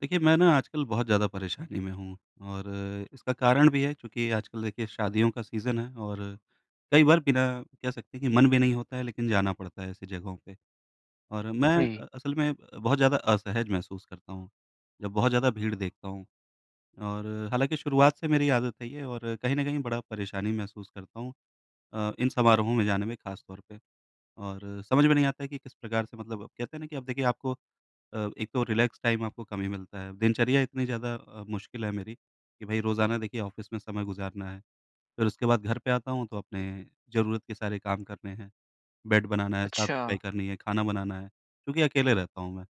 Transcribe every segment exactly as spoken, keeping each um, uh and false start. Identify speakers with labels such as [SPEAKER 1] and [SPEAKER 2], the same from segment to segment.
[SPEAKER 1] देखिए, मैं ना आजकल बहुत ज़्यादा परेशानी में हूँ। और इसका कारण भी है, क्योंकि आजकल देखिए शादियों का सीज़न है। और कई बार बिना कह सकते हैं कि मन भी नहीं होता है, लेकिन जाना पड़ता है ऐसी जगहों पे। और मैं अ,
[SPEAKER 2] जी।
[SPEAKER 1] असल में बहुत ज़्यादा असहज महसूस करता हूँ, जब बहुत ज़्यादा भीड़ देखता हूँ। और हालाँकि शुरुआत से मेरी आदत है ये, और कहीं न कहीं बड़ा परेशानी महसूस करता हूँ अ, इन समारोहों में जाने में, ख़ास तौर पे। और समझ में नहीं आता है कि किस प्रकार से, मतलब अब कहते हैं ना कि अब देखिए आपको अ, एक तो रिलैक्स टाइम आपको कम ही मिलता है। दिनचर्या इतनी ज़्यादा अ, मुश्किल है मेरी कि भई रोज़ाना देखिए ऑफ़िस में समय गुज़ारना है। फिर उसके बाद घर पे आता हूँ तो अपने ज़रूरत के सारे काम करने हैं, बेड बनाना है,
[SPEAKER 2] अच्छा।
[SPEAKER 1] साफ-सफाई करनी है, खाना बनाना है, क्योंकि अकेले रहता हूँ मैं।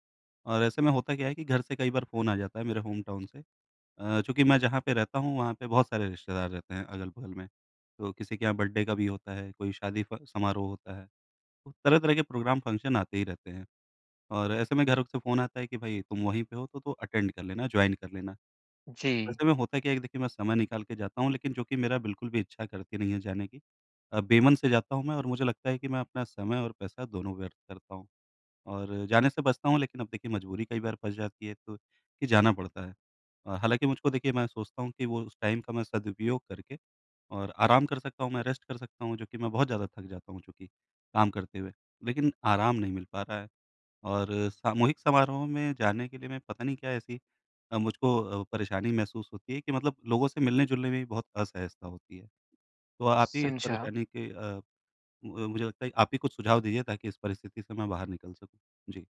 [SPEAKER 1] और ऐसे में होता क्या है कि घर से कई बार फ़ोन आ जाता है मेरे होम टाउन से। अ, चूँकि मैं जहाँ पे रहता हूँ, वहाँ पे बहुत सारे रिश्तेदार रहते हैं अगल-बगल में। तो किसी के यहाँ बर्थडे का भी होता है, कोई शादी फ समारोह होता है। तो तरह-तरह के प्रोग्राम फ़ंक्शन आते ही रहते हैं। और ऐसे में घर से फ़ोन आता है कि भाई तुम वहीं पे हो तो, तो अटेंड कर लेना, जॉइन कर लेना।
[SPEAKER 2] जी।
[SPEAKER 1] वैसे में होता क्या है कि देखिए मैं समय निकाल के जाता हूँ, लेकिन जो कि मेरा बिल्कुल भी इच्छा करती नहीं है जाने की। अ, बेमन से जाता हूँ मैं, और मुझे लगता है कि मैं अपना समय और पैसा दोनों व्यर्थ करता हूँ। और जाने से बचता हूँ, लेकिन अब देखिए मजबूरी कई बार फँस जाती है, तो कि जाना पड़ता है। अ, हालाँकि मुझको देखिए मैं सोचता हूँ कि वो उस टाइम का मैं सदुपयोग करके और आराम कर सकता हूँ, मैं रेस्ट कर सकता हूँ, जो कि मैं बहुत ज़्यादा थक जाता हूँ चूँकि काम करते हुए। लेकिन आराम नहीं मिल पा रहा है। और सामूहिक समारोह में जाने के लिए मैं पता नहीं क्या ऐसी अ, मुझको अ, परेशानी महसूस होती है कि मतलब लोगों से मिलने-जुलने में भी बहुत असहजता होती है। तो आप ही इस
[SPEAKER 2] समझा।
[SPEAKER 1] परेशानी के अ, मु मुझे लगता है आप ही कुछ सुझाव दीजिए, ताकि इस परिस्थिति से मैं बाहर निकल सकूँ। जी।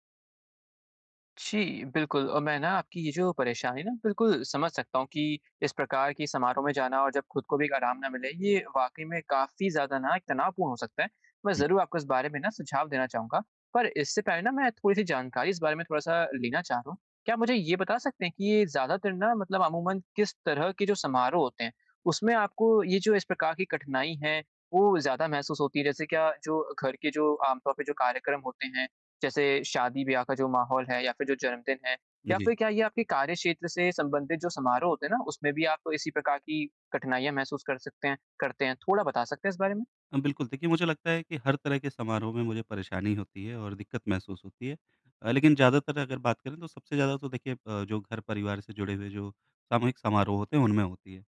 [SPEAKER 2] जी, बिल्कुल। और मैं ना आपकी ये जो परेशानी ना बिल्कुल समझ सकता हूँ कि इस प्रकार की समारोह में जाना और जब खुद को भी एक आराम ना मिले, ये वाक़ई में काफ़ी ज़्यादा ना एक तनावपूर्ण हो सकता है। मैं
[SPEAKER 1] जी।
[SPEAKER 2] ज़रूर आपको इस बारे में ना सुझाव देना चाहूँगा, पर इससे पहले ना मैं थोड़ी-सी जानकारी इस बारे में थोड़ा-सा लेना चाह रहा हूँ। क्या आप मुझे ये बता सकते हैं कि ये ज़्यादातर ना मतलब अमूमन किस तरह के जो समारोह होते हैं, उसमें आपको ये जो इस प्रकार की कठिनाई है, वो ज़्यादा महसूस होती है? जैसे क्या जो घर के जो आमतौर पे जो कार्यक्रम होते हैं, जैसे शादी-ब्याह का जो माहौल है या फिर जो जन्मदिन है, या
[SPEAKER 1] जी।
[SPEAKER 2] फिर क्या ये आपके कार्य क्षेत्र से संबंधित जो समारोह होते हैं ना, उसमें भी आप इसी प्रकार की कठिनाइयाँ महसूस कर सकते हैं करते हैं? थोड़ा बता सकते हैं इस बारे में?
[SPEAKER 1] अ, बिल्कुल, देखिए मुझे लगता है कि हर तरह के समारोह में मुझे परेशानी होती है और दिक्कत महसूस होती है। अ, लेकिन ज़्यादातर अगर बात करें तो सबसे ज़्यादा तो देखिए अ, जो घर-परिवार से जुड़े हुए जो सामूहिक समारोह होते हैं, उनमें होती है।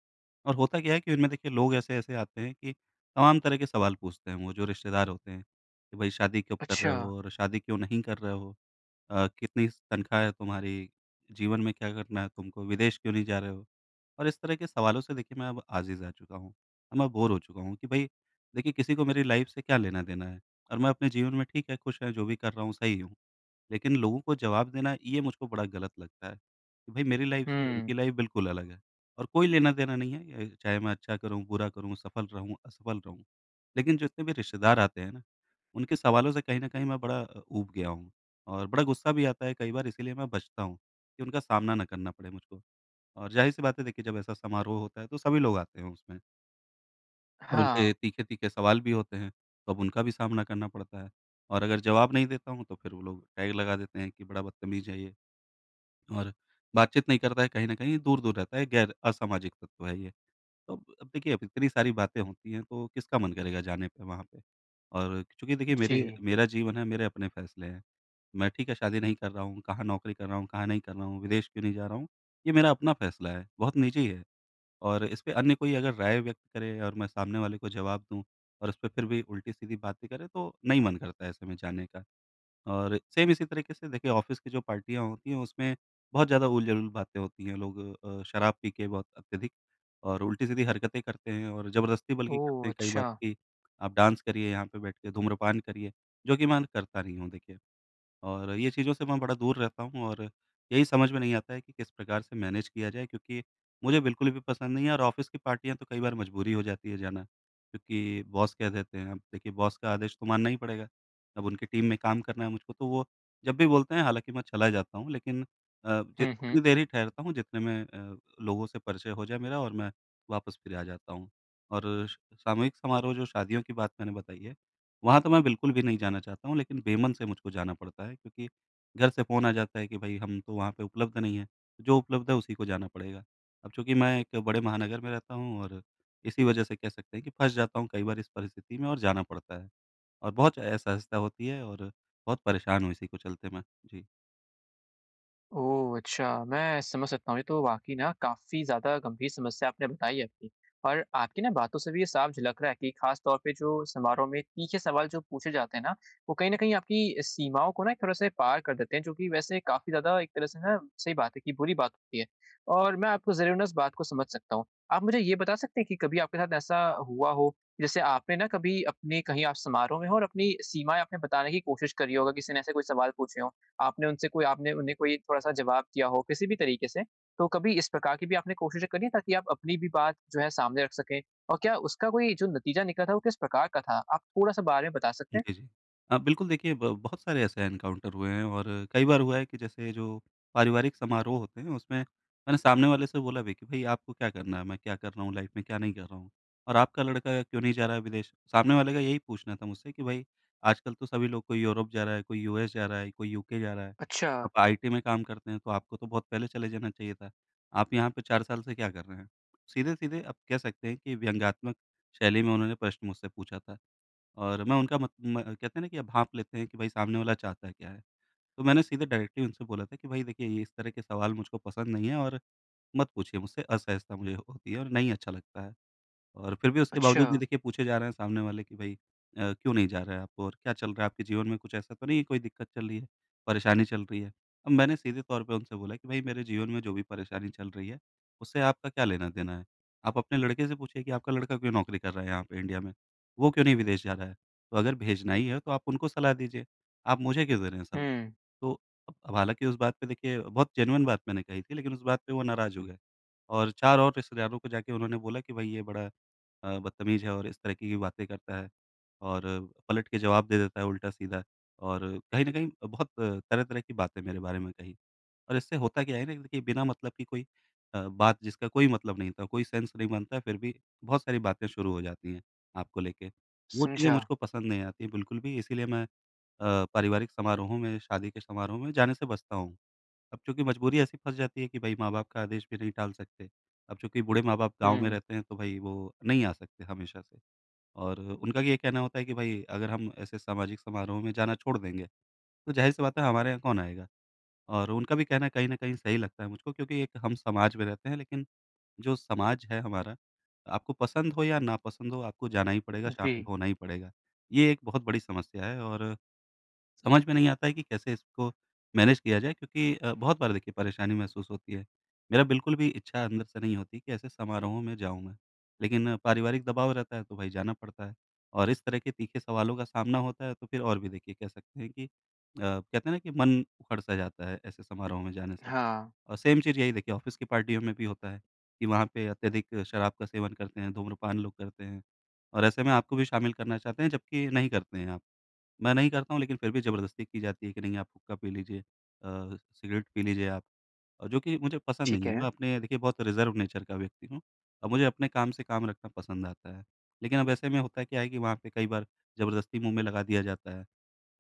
[SPEAKER 1] और होता क्या है कि उनमें देखिए लोग ऐसे-ऐसे आते हैं कि तमाम तरह के सवाल पूछते हैं, वो जो रिश्तेदार होते हैं, कि भई शादी कब कर
[SPEAKER 2] अच्छा।
[SPEAKER 1] रहे हो और शादी क्यों नहीं कर रहे हो? अ, कितनी तनख्वाह है तुम्हारी? जीवन में क्या करना है तुमको? विदेश क्यों नहीं जा रहे हो? और इस तरह के सवालों से देखिए मैं अब आज़िज़ आ चुका हूँ। अब मैं बोर हो चुका हूँ कि भई देखिए किसी को मेरी लाइफ़ से क्या लेना-देना है? और मैं अपने जीवन में ठीक है, खुश है, जो भी कर रहा हूँ सही हूँ। लेकिन लोगों को जवाब देना ये मुझको बड़ा गलत लगता है कि भाई मेरी लाइफ़ से
[SPEAKER 2] हुँ।
[SPEAKER 1] उनकी लाइफ़ बिल्कुल अलग है और कोई लेना-देना नहीं है, अ, चाहे मैं अच्छा करूँ, बुरा करूँ, सफल रहूँ, असफल रहूँ। लेकिन जितने भी रिश्तेदार आते हैं ना, उनके सवालों से कहीं न कहीं मैं बड़ा अ, ऊब गया हूँ, और बड़ा गुस्सा भी आता है कई बार। इसीलिए मैं बचता हूँ कि उनका सामना ना करना पड़े मुझको। और ज़ाहिर-सी बात है देखिए जब ऐसा समारोह होता है तो सभी लोग आते हैं उसमें। और
[SPEAKER 2] हाँ।
[SPEAKER 1] उनके तीखे-तीखे सवाल भी होते हैं, तो अब उनका भी सामना करना पड़ता है। और अगर जवाब नहीं देता हूँ, तो फिर वो लोग टैग लगा देते हैं कि बड़ा बदतमीज़ है ये और बातचीत नहीं करता है, कहीं न कहीं दूर-दूर रहता है, गैर असामाजिक तत्व है ये। तो अब अब देखिए, अब इतनी सारी बातें होती हैं, तो किसका मन करेगा जाने पे वहाँ पे? और चूँकि देखिए,
[SPEAKER 2] जी।
[SPEAKER 1] मेरे मेरा जीवन है, मेरे अपने फैसले हैं। मैं ठीक है, शादी नहीं कर रहा हूँ, कहाँ नौकरी कर रहा हूँ, कहाँ नहीं कर रहा हूँ, विदेश क्यों नहीं जा रहा हूँ, ये मेरा अपना फैसला है, बहुत निजी है। और इस पे अन्य कोई अगर राय व्यक्त करे और मैं सामने वाले को जवाब दूँ और उस पे फिर भी उल्टी-सीधी बातें करें, तो नहीं मन करता है ऐसे में जाने का। और सेम इसी तरीके से देखिए ऑफ़िस की जो पार्टियाँ होती हैं, उसमें बहुत ज़्यादा उल-जलूल बातें होती हैं। लोग अ, शराब पी के बहुत अत्यधिक और उल्टी-सीधी हरकतें करते हैं और ज़बरदस्ती बल्कि करते
[SPEAKER 2] ओह!
[SPEAKER 1] हैं कई बार,
[SPEAKER 2] अच्छा।
[SPEAKER 1] कि आप डांस करिए यहाँ पे बैठ के, धूम्रपान करिए, जो कि मैं करता नहीं हूँ देखिए। और ये चीज़ों से मैं बड़ा दूर रहता हूँ, और यही समझ में नहीं आता है कि किस प्रकार से मैनेज किया जाए, क्योंकि मुझे बिल्कुल भी पसंद नहीं है। और ऑफ़िस की पार्टियाँ तो कई बार मजबूरी हो जाती है जाना, क्योंकि बॉस कह देते हैं, अब देखिए बॉस का आदेश तो मानना ही पड़ेगा। अब उनकी टीम में काम करना है मुझको, तो वो जब भी बोलते हैं हालाँकि मैं चला जाता हूँ, लेकिन अ, जि
[SPEAKER 2] हुँ, हुँ।
[SPEAKER 1] उतनी देर ही ठहरता हूँ जितने में अ, लोगों से परिचय हो जाए मेरा, और मैं वापस फिर आ जाता हूँ। और श सामूहिक समारोह जो शादियों की बात मैंने बताई है, वहाँ तो मैं बिल्कुल भी नहीं जाना चाहता हूँ, लेकिन बेमन से मुझको जाना पड़ता है, क्योंकि घर से फ़ोन आ जाता है कि भई हम तो वहाँ पे उपलब्ध नहीं हैं, तो जो उपलब्ध है उसी को जाना पड़ेगा। अब चूँकि मैं एक बड़े महानगर में रहता हूँ, और इसी वजह से कह सकते हैं कि फँस जाता हूँ कई बार इस परिस्थिति में और जाना पड़ता है, और बहुत असहजता होती है, और बहुत परेशान हूँ इसी को चलते मैं। जी।
[SPEAKER 2] ओह! अच्छा, मैं समझ सकता हूँ। ये तो वाक़ई ना काफ़ी ज़्यादा गंभीर समस्या आपने बताई है अपनी, और आपकी ना बातों से भी ये साफ झलक रहा है कि ख़ास तौर पे जो समारोह में तीखे सवाल जो पूछे जाते हैं ना, वो कहीं न कहीं आपकी सीमाओं को ना एक थोड़ा-सा पार कर देते हैं, जो कि वैसे काफ़ी ज़्यादा एक तरह से ना सही बात है कि बुरी बात होती है। और मैं आपको ज़रूर ना इस बात को समझ सकता हूँ। आप मुझे ये बता सकते हैं कि कभी आपके साथ ऐसा हुआ हो, जैसे आपने ना कभी अपने कहीं आप समारोह में हो और अपनी सीमाएँ आपने बताने की कोशिश करी हो, अगर किसी ने ऐसे कोई सवाल पूछे हों? आपने उनसे कोई आपने उन्हें कोई थोड़ा-सा जवाब दिया हो किसी भी तरीके से, तो कभी इस प्रकार की भी आपने कोशिशें करी हैं ताकि आप अपनी भी बात जो है सामने रख सकें? और क्या उसका कोई जो नतीजा निकला था वो किस प्रकार का था? आप थोड़ा-सा बारे में बता सकते हैं?
[SPEAKER 1] जी, जी। अ, बिल्कुल देखिए, ब बहुत सारे ऐसे एनकाउंटर हुए हैं, और कई बार हुआ है कि जैसे जो पारिवारिक समारोह होते हैं उसमें मैंने सामने वाले से बोला भी कि भई आपको क्या करना है? मैं क्या कर रहा हूँ लाइफ में, क्या नहीं कर रहा हूँ? और आपका लड़का क्यों नहीं जा रहा है विदेश? सामने वाले का यही पूछना था मुझसे कि भई आजकल तो सभी लोग कोई यूरोप जा रहा है, कोई यूएस जा रहा है, कोई यूके जा रहा है।
[SPEAKER 2] अच्छा,
[SPEAKER 1] आप आईटी में काम करते हैं तो आपको तो बहुत पहले चले जाना चाहिए था। आप यहाँ पे चार साल से क्या कर रहे हैं? सीधे-सीधे आप कह सकते हैं कि व्यंग्यात्मक शैली में उन्होंने प्रश्न मुझसे पूछा था। और मैं उनका मत म कहते हैं ना कि भाँप लेते हैं कि भाई सामने वाला चाहता क्या है? तो मैंने सीधे डायरेक्टली उनसे बोला था कि भाई देखिए ये इस तरह के सवाल मुझको पसंद नहीं है, और मत पूछिए मुझसे, असहजता मुझे होती है और नहीं अच्छा लगता है। और फिर भी उसके
[SPEAKER 2] अच्छा।
[SPEAKER 1] बावजूद भी देखिए पूछे जा रहे हैं सामने वाले कि भाई अ, क्यों नहीं जा रहे हैं आप, और क्या चल रहा है आपके जीवन में, कुछ ऐसा तो नहीं है, कोई दिक्कत चल रही है, परेशानी चल रही है? अब मैंने सीधे तौर पे उनसे बोला कि भाई मेरे जीवन में जो भी परेशानी चल रही है, उससे आपका क्या लेना-देना है? आप अपने लड़के से पूछिए कि आपका लड़का क्यों नौकरी कर रहा है यहाँ पे इंडिया में? वो क्यों नहीं विदेश जा रहा है? तो अगर भेजना ही है तो आप उनको सलाह दीजिए, आप मुझे क्यों दे रहे हैं सलाह?
[SPEAKER 2] हुँ,
[SPEAKER 1] तो अब अब हालाँकि उस बात पे देखिए बहुत जेन्युइन बात मैंने कही थी, लेकिन उस बात पे वो नाराज़ हो गए, और चार और रिश्तेदारों को जाके उन्होंने बोला कि भई ये बड़ा अ, बदतमीज़ है और इस तरह की बातें करता है, और पलट के जवाब दे देता है उल्टा-सीधा, और कहीं न कहीं बहुत तरह-तरह की बातें मेरे बारे में कही। और इससे होता क्या है ना कि देखिए बिना मतलब की कोई अ, बात, जिसका कोई मतलब नहीं था, कोई सेंस नहीं बनता है, फिर भी बहुत सारी बातें शुरू हो जाती हैं आपको लेके। वो चीज़ें
[SPEAKER 2] समझा।
[SPEAKER 1] मुझको पसंद नहीं आती बिल्कुल भी, इसीलिए मैं अ, पारिवारिक समारोहों में, शादी के समारोह में जाने से बचता हूँ। अब चूँकि मजबूरी ऐसी फँस जाती है कि भई माँ-बाप का आदेश भी नहीं टाल सकते। अब चूँकि बूढ़े माँ-बाप गाँव में
[SPEAKER 2] हुँ।
[SPEAKER 1] रहते हैं, तो भई वो नहीं आ सकते हमेशा से। और उनका ये कहना होता है कि भई अगर हम ऐसे सामाजिक समारोह में जाना छोड़ देंगे, तो ज़ाहिर-सी बात है हमारे यहाँ कौन आएगा? और उनका भी कहना कहीं न कहीं सही लगता है मुझको, क्योंकि एक हम समाज में रहते हैं, लेकिन जो समाज है हमारा, आपको पसंद हो या नापसंद हो, आपको जाना ही पड़ेगा, शामिल
[SPEAKER 2] जी,
[SPEAKER 1] होना ही पड़ेगा। ये एक बहुत बड़ी समस्या है, और समझ में नहीं आता है कि कैसे इसको मैनेज किया जाए, क्योंकि अ, बहुत बार देखिए परेशानी महसूस होती है। मेरा बिल्कुल भी इच्छा अंदर से नहीं होती कि ऐसे समारोहों में जाऊँ मैं। लेकिन पारिवारिक दबाव रहता है, तो भई जाना पड़ता है और इस तरह के तीखे सवालों का सामना होता है, तो फिर और भी देखिए कह सकते हैं कि अ, कहते हैं ना कि मन उखड़-सा जाता है ऐसे समारोह में जाने से।
[SPEAKER 2] हाँ,
[SPEAKER 1] और सेम चीज़ यही देखिए ऑफ़िस की पार्टियों में भी होता है कि वहाँ पे अत्यधिक शराब का सेवन करते हैं, धूम्रपान लोग करते हैं, और ऐसे में आपको भी शामिल करना चाहते हैं जबकि नहीं करते हैं आप। मैं नहीं करता हूँ, लेकिन फिर भी ज़बरदस्ती की जाती है कि नहीं आप हुक्का पी लीजिए, अ, सिगरेट पी लीजिए आप। और जो कि मुझे पसंद
[SPEAKER 2] ठीक
[SPEAKER 1] नहीं है,
[SPEAKER 2] है।
[SPEAKER 1] मैं अपने देखिए बहुत रिज़र्व नेचर का व्यक्ति हूँ, और मुझे अपने काम से काम रखना पसंद आता है। लेकिन अब ऐसे में होता क्या है कि वहाँ पे कई बार ज़बरदस्ती मुँह में लगा दिया जाता है।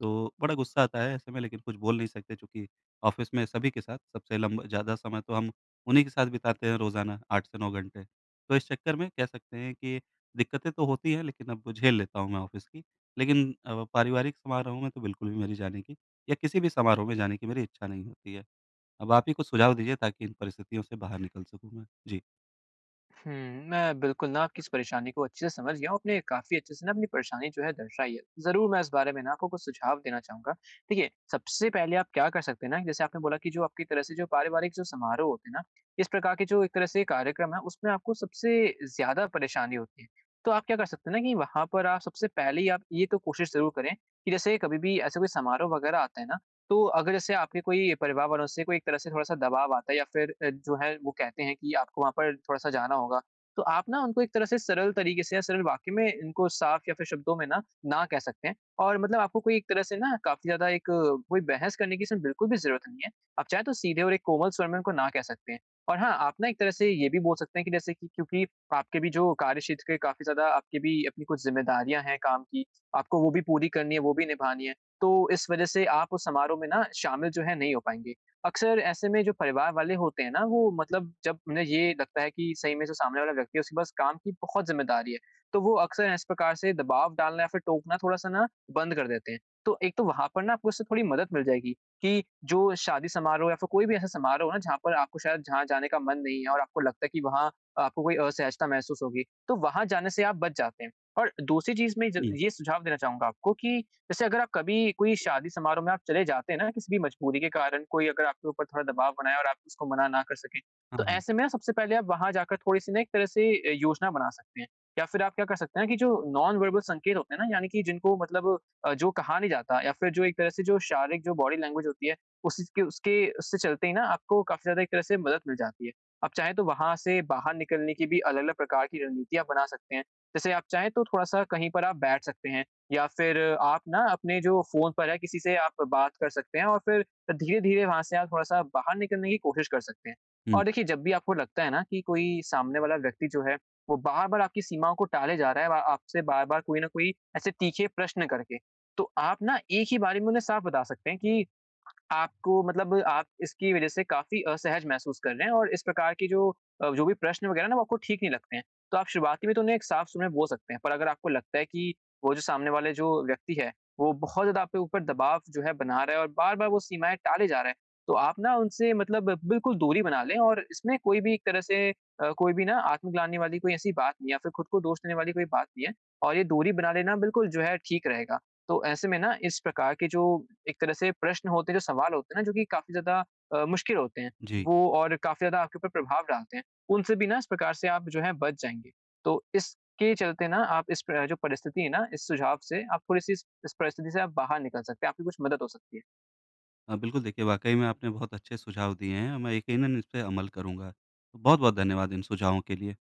[SPEAKER 1] तो बड़ा गुस्सा आता है ऐसे में, लेकिन कुछ बोल नहीं सकते, चूँकि ऑफ़िस में सभी के साथ सबसे लंब ज़्यादा समय तो हम उन्हीं के साथ बिताते हैं रोज़ाना आठ से नौ घंटे। तो इस चक्कर में कह सकते हैं कि दिक्कतें तो होती हैं, लेकिन अब झेल लेता हूँ मैं ऑफ़िस की। लेकिन अ, पारिवारिक समारोह में तो बिल्कुल भी मेरी जाने की, या किसी भी समारोह में जाने की मेरी इच्छा नहीं होती है। अब आप ही कुछ सुझाव दीजिए, ताकि इन परिस्थितियों से बाहर निकल सकूँ मैं। जी।
[SPEAKER 2] हुँ, मैं बिल्कुल ना आपकी इस परेशानी को अच्छे से समझ गया हूँ। आपने काफ़ी अच्छे से ना अपनी परेशानी जो है दर्शाई है। ज़रूर मैं इस बारे में ना आपको कुछ सुझाव देना चाहूँगा। देखिए, सबसे पहले आप क्या कर सकते हैं ना, जैसे आपने बोला कि जो आपकी तरह से जो पारिवारिक जो समारोह होते हैं ना, इस प्रकार के जो एक तरह से कार्यक्रम है, उसमें आपको सबसे ज़्यादा परेशानी होती है। तो आप क्या कर सकते हैं ना कि वहाँ पर आप सबसे पहले ही आप ये तो कोशिश ज़रूर करें कि जैसे कभी भी ऐसा कोई समारोह वगैरह आता है ना, तो अगर जैसे आपके कोई परिवार वालों से कोई एक तरह से थोड़ा-सा दबाव आता है या फिर अ, जो है वो कहते हैं कि आपको वहाँ पर थोड़ा-सा जाना होगा, तो आप ना उनको एक तरह से सरल तरीके से या सरल वाक्य में इनको साफ या फिर शब्दों में ना, ना कह सकते हैं और मतलब आपको कोई एक तरह से ना काफ़ी ज़्यादा एक अ, कोई बहस करने की इसमें बिल्कुल भी ज़रूरत नहीं है। आप चाहें तो सीधे और एक कोमल स्वर में उनको ना कह सकते हैं। और हाँ, आप ना एक तरह से ये भी बोल सकते हैं कि जैसे कि क्योंकि आपके भी जो कार्य क्षेत्र के काफ़ी ज़्यादा आपकी भी अपनी कुछ ज़िम्मेदारियाँ हैं काम की, आपको वो भी पूरी करनी है, वो भी निभानी है। तो इस वजह से आप उस समारोह में ना शामिल जो है नहीं हो पाएँगे। अक्सर ऐसे में जो परिवार वाले होते हैं ना वो मतलब जब उन्हें ये लगता है कि सही में जो सामने वाला व्यक्ति है उसके पास काम की बहुत ज़िम्मेदारी है, तो वो अक्सर इस प्रकार से दबाव डालना या फिर टोकना थोड़ा-सा ना बंद कर देते हैं। तो एक तो वहाँ पर ना आपको उससे थोड़ी मदद मिल जाएगी कि जो शादी समारोह या फिर कोई भी ऐसा समारोह हो ना जहाँ पर आपको शायद जहाँ जाने का मन नहीं है और आपको लगता है कि वहाँ आपको कोई असहजता महसूस होगी, तो वहाँ जाने से आप बच जाते हैं। और दूसरी चीज़ मैं ज
[SPEAKER 1] जी।
[SPEAKER 2] ये सुझाव देना चाहूँगा आपको कि जैसे अगर आप कभी कोई शादी समारोह में आप चले जाते हैं ना किसी भी मजबूरी के कारण कोई अगर आपके ऊपर थोड़ा दबाव बनाए और आप उसको मना ना कर सकें,
[SPEAKER 1] हाँ,
[SPEAKER 2] तो
[SPEAKER 1] हाँ।
[SPEAKER 2] ऐसे में ना सबसे पहले आप वहाँ जाकर थोड़ी-सी ना एक तरह से अ, योजना बना सकते हैं। या फिर आप क्या कर सकते हैं ना कि जो नॉन वर्बल संकेत होते हैं ना, यानी कि जिनको मतलब अ, जो कहा नहीं जाता या फिर जो एक तरह से जो शारीरिक जो बॉडी लैंग्वेज होती है, उसी के उसके उससे चलते ही ना आपको काफ़ी ज़्यादा एक तरह से मदद मिल जाती है। आप चाहें तो वहाँ से बाहर निकलने की भी अलग-अलग प्रकार की रणनीति आप बना सकते हैं। जैसे आप चाहें तो थोड़ा-सा कहीं पर आप बैठ सकते हैं या फिर आप ना अपने जो फ़ोन पर है, किसी से आप बात कर सकते हैं और फिर धीरे-धीरे वहाँ से आप थोड़ा-सा बाहर निकलने की कोशिश कर सकते हैं।
[SPEAKER 1] हुँ।
[SPEAKER 2] और देखिए, जब भी आपको लगता है ना कि कोई सामने वाला व्यक्ति जो है, वो बार-बार आपकी सीमाओं को टाले जा रहा है, वा आपसे बार-बार कोई न कोई ऐसे तीखे प्रश्न करके, तो आप ना एक ही बारी में उन्हें साफ बता सकते हैं कि आपको मतलब आप इसकी वजह से काफ़ी असहज महसूस कर रहे हैं और इस प्रकार की जो अ, जो भी प्रश्न वगैरह ना वो आपको ठीक नहीं लगते हैं। तो आप शुरुआती में तो उन्हें एक साफ सुर में बोल सकते हैं, पर अगर आपको लगता है कि वो जो सामने वाले जो व्यक्ति है, वो बहुत ज़्यादा आपके ऊपर दबाव जो है बना रहा है और बार-बार वो सीमाएँ टाले जा रहा है, तो आप ना उनसे मतलब बिल्कुल दूरी बना लें और इसमें कोई भी एक तरह से अ, कोई भी ना आत्मग्लानि वाली कोई ऐसी बात नहीं है या फिर खुद को दोष देने वाली कोई बात नहीं है और ये दूरी बना लेना बिल्कुल जो है ठीक रहेगा। तो ऐसे में ना इस प्रकार के जो एक तरह से प्रश्न होते हैं, जो सवाल होते हैं ना, जो कि काफ़ी ज़्यादा अ, मुश्किल होते हैं,
[SPEAKER 1] जी।
[SPEAKER 2] वो और काफ़ी ज़्यादा आपके ऊपर प्रभाव डालते हैं, उनसे भी ना इस प्रकार से आप जो है बच जाएँगे। तो इसके चलते ना आप इस प्र जो परिस्थिति है ना, इस सुझाव से आप थोड़ी-सी इस इस परिस्थिति से आप बाहर निकल सकते हैं, आपकी कुछ मदद हो सकती है।
[SPEAKER 1] हाँ, बिल्कुल देखिए वाक़ई में आपने बहुत अच्छे सुझाव दिए हैं, मैं यकीनन इस पे अमल करूँगा। बहुत-बहुत धन्यवाद इन सुझावों के लिए।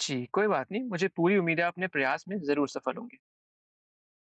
[SPEAKER 2] जी, कोई बात नहीं, मुझे पूरी उम्मीद है आप अपने प्रयास में ज़रूर सफल होंगे।